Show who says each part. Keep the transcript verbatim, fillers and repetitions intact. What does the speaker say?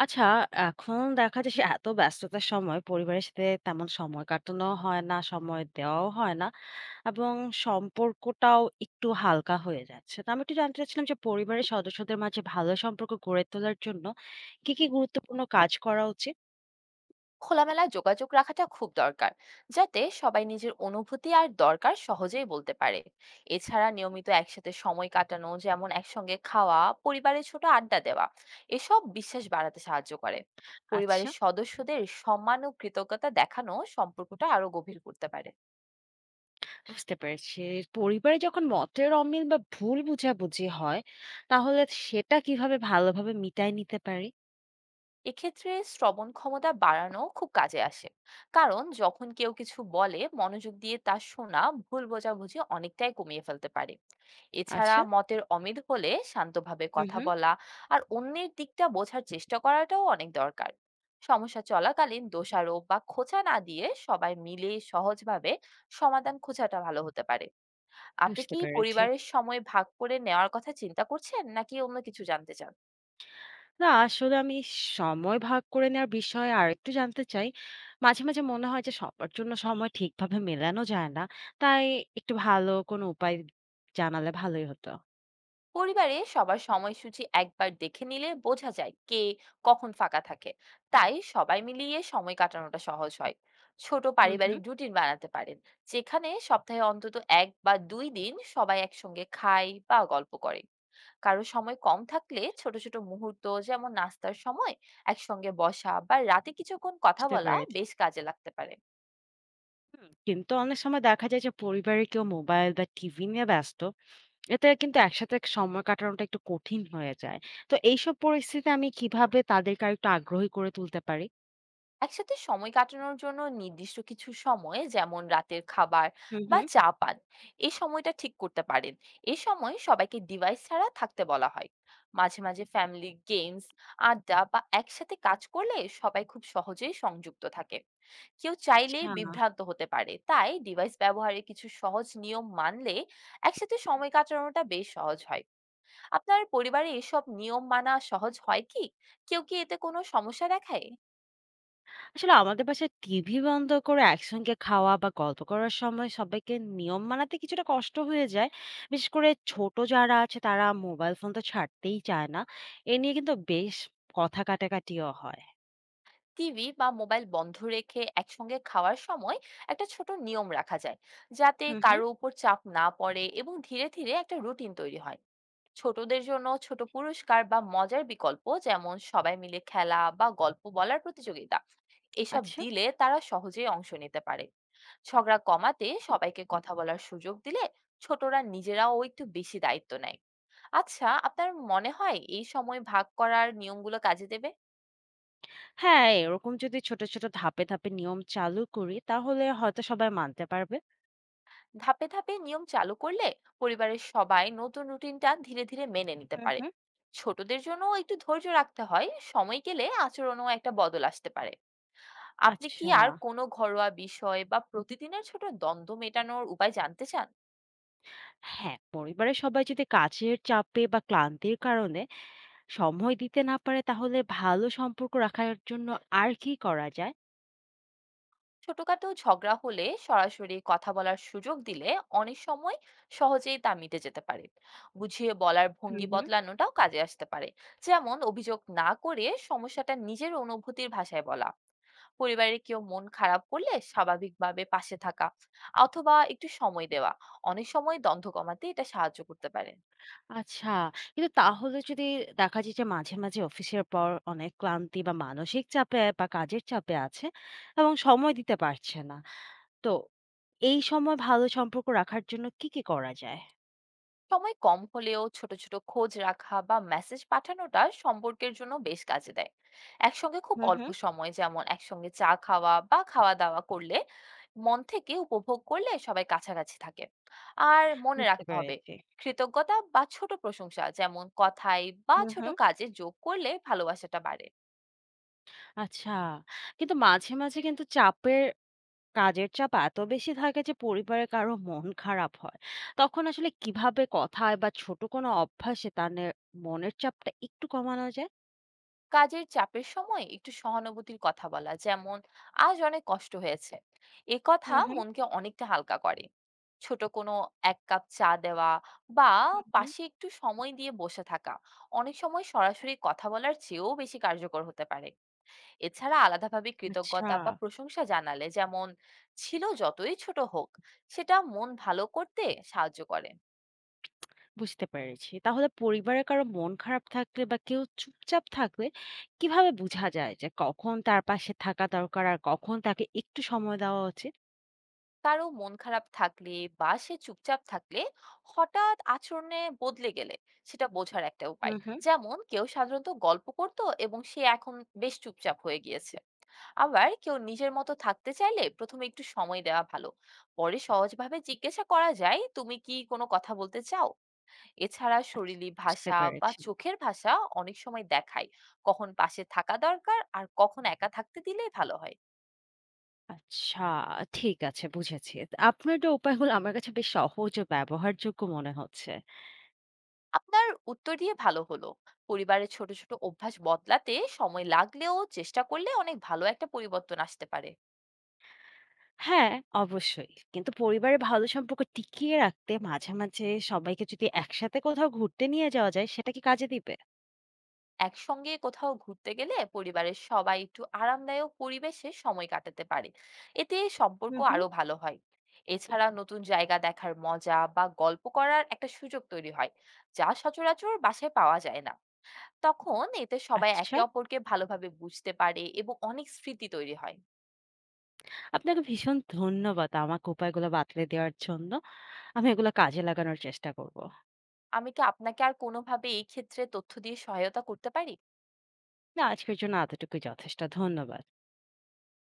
Speaker 1: আচ্ছা, এখন দেখা যায় সে এত ব্যস্ততার সময় পরিবারের সাথে তেমন সময় কাটানো হয় না, সময় দেওয়াও হয় না এবং সম্পর্কটাও একটু হালকা হয়ে যাচ্ছে। তো আমি একটু জানতে চাচ্ছিলাম যে পরিবারের সদস্যদের মাঝে ভালো সম্পর্ক গড়ে তোলার জন্য কি, কি গুরুত্বপূর্ণ কাজ করা উচিত?
Speaker 2: খোলামেলা যোগাযোগ রাখাটা খুব দরকার, যাতে সবাই নিজের অনুভূতি আর দরকার সহজেই বলতে পারে। এছাড়া নিয়মিত একসাথে সময় কাটানো, যেমন একসঙ্গে খাওয়া, পরিবারের ছোট আড্ডা দেওয়া, এসব বিশ্বাস বাড়াতে সাহায্য করে।
Speaker 1: আচ্ছা,
Speaker 2: পরিবারের সদস্যদের সম্মান ও কৃতজ্ঞতা দেখানো সম্পর্কটা আরো গভীর করতে পারে।
Speaker 1: বুঝতে পেরেছি। পরিবারে যখন মতের অমিল বা ভুল বোঝাবুঝি হয়, তাহলে সেটা কিভাবে ভালোভাবে মিটায় নিতে পারি?
Speaker 2: এক্ষেত্রে শ্রবণ ক্ষমতা বাড়ানো খুব কাজে আসে, কারণ যখন কেউ কিছু বলে মনোযোগ দিয়ে তা শোনা ভুল বোঝাবুঝি অনেকটাই কমিয়ে ফেলতে পারে। এছাড়া
Speaker 1: আচ্ছা,
Speaker 2: মতের অমিল হলে শান্তভাবে
Speaker 1: হুম,
Speaker 2: কথা
Speaker 1: হুম,
Speaker 2: বলা আর অন্যের দিকটা বোঝার চেষ্টা করাটাও অনেক দরকার। সমস্যা চলাকালীন দোষারোপ বা খোঁচা না দিয়ে সবাই মিলে সহজভাবে সমাধান খোঁজাটা ভালো হতে পারে। আপনি
Speaker 1: বুঝতে
Speaker 2: কি
Speaker 1: পেরেছি।
Speaker 2: পরিবারের সময় ভাগ করে নেওয়ার কথা চিন্তা করছেন, নাকি অন্য কিছু জানতে চান?
Speaker 1: না, আসলে আমি সময় ভাগ করে নেওয়ার বিষয়ে আরেকটু জানতে চাই। মাঝে, মাঝে মনে হয় যে সবার জন্য সময় ঠিকভাবে মেলানো যায় না। তাই একটু ভালো কোনো উপায় জানালে ভালোই হতো।
Speaker 2: পরিবারে সবার সময়সূচি একবার দেখে নিলে বোঝা যায় কে কখন ফাঁকা থাকে, তাই সবাই মিলিয়ে সময় কাটানোটা সহজ হয়। ছোট
Speaker 1: হুম, হুম।
Speaker 2: পারিবারিক রুটিন বানাতে পারেন, যেখানে সপ্তাহে অন্তত এক বা দুই দিন সবাই একসঙ্গে খায় বা গল্প করে। কারো সময় কম থাকলে ছোট ছোট মুহূর্ত, যেমন নাস্তার সময় একসঙ্গে বসা বা রাতে কিছুক্ষণ কথা
Speaker 1: বুঝতে
Speaker 2: বলা,
Speaker 1: পেরেছি।
Speaker 2: বেশ কাজে লাগতে পারে।
Speaker 1: হুম, কিন্তু অনেক সময় দেখা যায় যে পরিবারে কেউ মোবাইল বা টিভি নিয়ে ব্যস্ত। এতে কিন্তু একসাথে সময় কাটানোটা একটু কঠিন হয়ে যায়। তো এইসব পরিস্থিতিতে আমি কিভাবে তাদেরকে আরেকটু আগ্রহী করে তুলতে পারি?
Speaker 2: একসাথে সময় কাটানোর জন্য নির্দিষ্ট কিছু সময়, যেমন রাতের খাবার
Speaker 1: হুম,
Speaker 2: বা
Speaker 1: হুম।
Speaker 2: চা পান, এই সময়টা ঠিক করতে পারেন। এই সময় সবাইকে ডিভাইস ছাড়া থাকতে বলা হয়। মাঝে মাঝে ফ্যামিলি গেমস, আড্ডা বা একসাথে কাজ করলে সবাই খুব সহজেই সংযুক্ত থাকে। কেউ চাইলে
Speaker 1: আচ্ছা।
Speaker 2: বিভ্রান্ত হতে পারে, তাই ডিভাইস ব্যবহারে কিছু সহজ নিয়ম মানলে একসাথে সময় কাটানোটা বেশ সহজ হয়। আপনার পরিবারে এসব নিয়ম মানা সহজ হয় কি? কেউ কি এতে কোনো সমস্যা দেখায়?
Speaker 1: আসলে আমাদের বাসায় টিভি বন্ধ করে একসঙ্গে খাওয়া বা গল্প করার সময় সবাইকে নিয়ম মানাতে কিছুটা কষ্ট হয়ে যায়। বিশেষ করে ছোট যারা আছে তারা মোবাইল ফোন তো ছাড়তেই চায় না। এ নিয়ে কিন্তু বেশ কথা কাটাকাটিও হয়।
Speaker 2: টিভি বা মোবাইল বন্ধ রেখে একসঙ্গে খাওয়ার সময় একটা ছোট নিয়ম রাখা যায়, যাতে
Speaker 1: হুম, হুম।
Speaker 2: কারো উপর চাপ না পড়ে এবং ধীরে ধীরে একটা রুটিন তৈরি হয়। ছোটদের জন্য ছোট পুরস্কার বা মজার বিকল্প, যেমন সবাই মিলে খেলা বা গল্প বলার প্রতিযোগিতা, এসব
Speaker 1: আচ্ছা।
Speaker 2: দিলে তারা সহজেই অংশ নিতে পারে। ঝগড়া কমাতে সবাইকে কথা বলার সুযোগ দিলে ছোটরা নিজেরাও একটু বেশি দায়িত্ব নেয়। আচ্ছা, আপনার মনে হয় এই সময় ভাগ করার নিয়মগুলো কাজে দেবে?
Speaker 1: হ্যাঁ, এরকম যদি ছোট ছোট ধাপে ধাপে নিয়ম চালু করি তাহলে হয়তো সবাই মানতে পারবে।
Speaker 2: ধাপে ধাপে নিয়ম চালু করলে পরিবারের সবাই নতুন রুটিনটা ধীরে ধীরে মেনে নিতে
Speaker 1: হুম,
Speaker 2: পারে।
Speaker 1: হুম।
Speaker 2: ছোটদের জন্য একটু ধৈর্য রাখতে হয়, সময় গেলে আচরণও একটা বদল আসতে পারে। আপনি কি
Speaker 1: আচ্ছা।
Speaker 2: আর কোনো ঘরোয়া বিষয় বা প্রতিদিনের ছোট দ্বন্দ্ব মেটানোর উপায় জানতে চান?
Speaker 1: হ্যাঁ, পরিবারের সবাই যদি কাজের চাপে বা ক্লান্তির কারণে সময় দিতে না পারে তাহলে ভালো সম্পর্ক রাখার জন্য আর কি করা যায়?
Speaker 2: ছোটখাটো ঝগড়া হলে সরাসরি কথা বলার সুযোগ দিলে অনেক সময় সহজেই তা মিটে যেতে পারে। বুঝিয়ে বলার
Speaker 1: হুম,
Speaker 2: ভঙ্গি
Speaker 1: হুম।
Speaker 2: বদলানোটাও কাজে আসতে পারে, যেমন অভিযোগ না করে সমস্যাটা নিজের অনুভূতির ভাষায় বলা। পরিবারের কেউ মন খারাপ করলে স্বাভাবিকভাবে পাশে থাকা অথবা একটু সময় দেওয়া অনেক সময় দ্বন্দ্ব কমাতে এটা সাহায্য করতে পারে।
Speaker 1: আচ্ছা। কিন্তু তাহলে যদি দেখা যায় যে মাঝে, মাঝে অফিসের পর অনেক ক্লান্তি বা মানসিক চাপে বা কাজের চাপে আছে এবং সময় দিতে পারছে না। তো এই সময় ভালো সম্পর্ক রাখার জন্য কি, কি করা যায়?
Speaker 2: সময় কম হলেও ছোট ছোট খোঁজ রাখা বা মেসেজ পাঠানোটা সম্পর্কের জন্য বেশ কাজে দেয়। একসঙ্গে খুব
Speaker 1: হুম,
Speaker 2: অল্প
Speaker 1: হুম।
Speaker 2: সময়, যেমন একসঙ্গে চা খাওয়া বা খাওয়া দাওয়া করলে মন থেকে উপভোগ করলে সবাই কাছাকাছি থাকে। আর মনে
Speaker 1: বুঝতে
Speaker 2: রাখতে হবে,
Speaker 1: পেরেছি।
Speaker 2: কৃতজ্ঞতা বা ছোট প্রশংসা, যেমন কথায় বা
Speaker 1: হুম,
Speaker 2: ছোট
Speaker 1: হুম।
Speaker 2: কাজে যোগ করলে ভালোবাসাটা বাড়ে।
Speaker 1: আচ্ছা। কিন্তু মাঝে, মাঝে কিন্তু চাপের কাজের চাপ এত বেশি থাকে যে পরিবারে কারো মন খারাপ হয়, তখন আসলে কিভাবে কথায় বা ছোট কোনো অভ্যাসে তার নে- মনের চাপটা একটু কমানো যায়?
Speaker 2: কাজের চাপের সময় একটু সহানুভূতির কথা বলা, যেমন আজ অনেক কষ্ট হয়েছে, এ কথা
Speaker 1: হুম, হুম।
Speaker 2: মনকে অনেকটা হালকা করে। ছোট কোনো এক কাপ চা দেওয়া বা
Speaker 1: হুম, হুম।
Speaker 2: পাশে একটু সময় দিয়ে বসে থাকা অনেক সময় সরাসরি কথা বলার চেয়েও বেশি কার্যকর হতে পারে। এছাড়া আলাদাভাবে
Speaker 1: আচ্ছা,
Speaker 2: কৃতজ্ঞতা বা প্রশংসা জানালে, যেমন ছিল যতই ছোট হোক, সেটা মন ভালো করতে সাহায্য করে।
Speaker 1: বুঝতে পেরেছি। তাহলে পরিবারে কারো মন খারাপ থাকলে বা কেউ চুপচাপ থাকলে কিভাবে বোঝা যায় যে কখন তার পাশে থাকা দরকার আর কখন তাকে একটু সময় দেওয়া উচিত?
Speaker 2: কারো মন খারাপ থাকলে বা সে চুপচাপ থাকলে হঠাৎ আচরণে বদলে গেলে সেটা বোঝার একটা উপায়।
Speaker 1: হুম, হুম।
Speaker 2: যেমন কেউ সাধারণত গল্প করত এবং সে এখন বেশ চুপচাপ হয়ে গিয়েছে। আবার কেউ নিজের মতো থাকতে চাইলে প্রথমে একটু সময় দেওয়া ভালো, পরে সহজভাবে জিজ্ঞাসা করা যায়, তুমি কি কোনো কথা বলতে চাও? এছাড়া
Speaker 1: আচ্ছা,
Speaker 2: শরীরী
Speaker 1: বুঝতে
Speaker 2: ভাষা বা
Speaker 1: পেরেছি।
Speaker 2: চোখের ভাষা অনেক সময় দেখায় কখন পাশে থাকা দরকার আর কখন একা থাকতে দিলে ভালো হয়।
Speaker 1: আচ্ছা, ঠিক আছে, বুঝেছি। আপনার যে উপায়গুলো আমার কাছে বেশ সহজ ও ব্যবহারযোগ্য মনে হচ্ছে।
Speaker 2: আপনার উত্তর দিয়ে ভালো হলো। পরিবারের ছোট, ছোট অভ্যাস বদলাতে সময় লাগলেও চেষ্টা করলে অনেক ভালো একটা পরিবর্তন আসতে পারে।
Speaker 1: হ্যাঁ, অবশ্যই। কিন্তু পরিবারের ভালো সম্পর্ক টিকিয়ে রাখতে মাঝে, মাঝে সবাইকে যদি একসাথে কোথাও ঘুরতে নিয়ে যাওয়া যায় সেটা কি কাজে দিবে?
Speaker 2: একসঙ্গে কোথাও ঘুরতে গেলে পরিবারের সবাই একটু আরামদায়ক পরিবেশে সময় কাটাতে পারে। এতে
Speaker 1: হু,
Speaker 2: সম্পর্ক
Speaker 1: হু।
Speaker 2: আরো ভালো হয়। এছাড়া নতুন জায়গা দেখার মজা বা গল্প করার একটা সুযোগ তৈরি হয়, যা সচরাচর বাসায় পাওয়া যায় না। তখন এতে সবাই
Speaker 1: আচ্ছা,
Speaker 2: একে অপরকে ভালোভাবে বুঝতে পারে এবং অনেক স্মৃতি তৈরি হয়।
Speaker 1: আপনাকে ভীষণ ধন্যবাদ আমাকে উপায়গুলো বাতলে দেওয়ার জন্য। আমি এগুলো কাজে লাগানোর চেষ্টা করব।
Speaker 2: আমি কি আপনাকে আর কোনোভাবে এই ক্ষেত্রে তথ্য দিয়ে সহায়তা করতে পারি?
Speaker 1: না, আজকের জন্য এতটুকুই যথেষ্ট। ধন্যবাদ।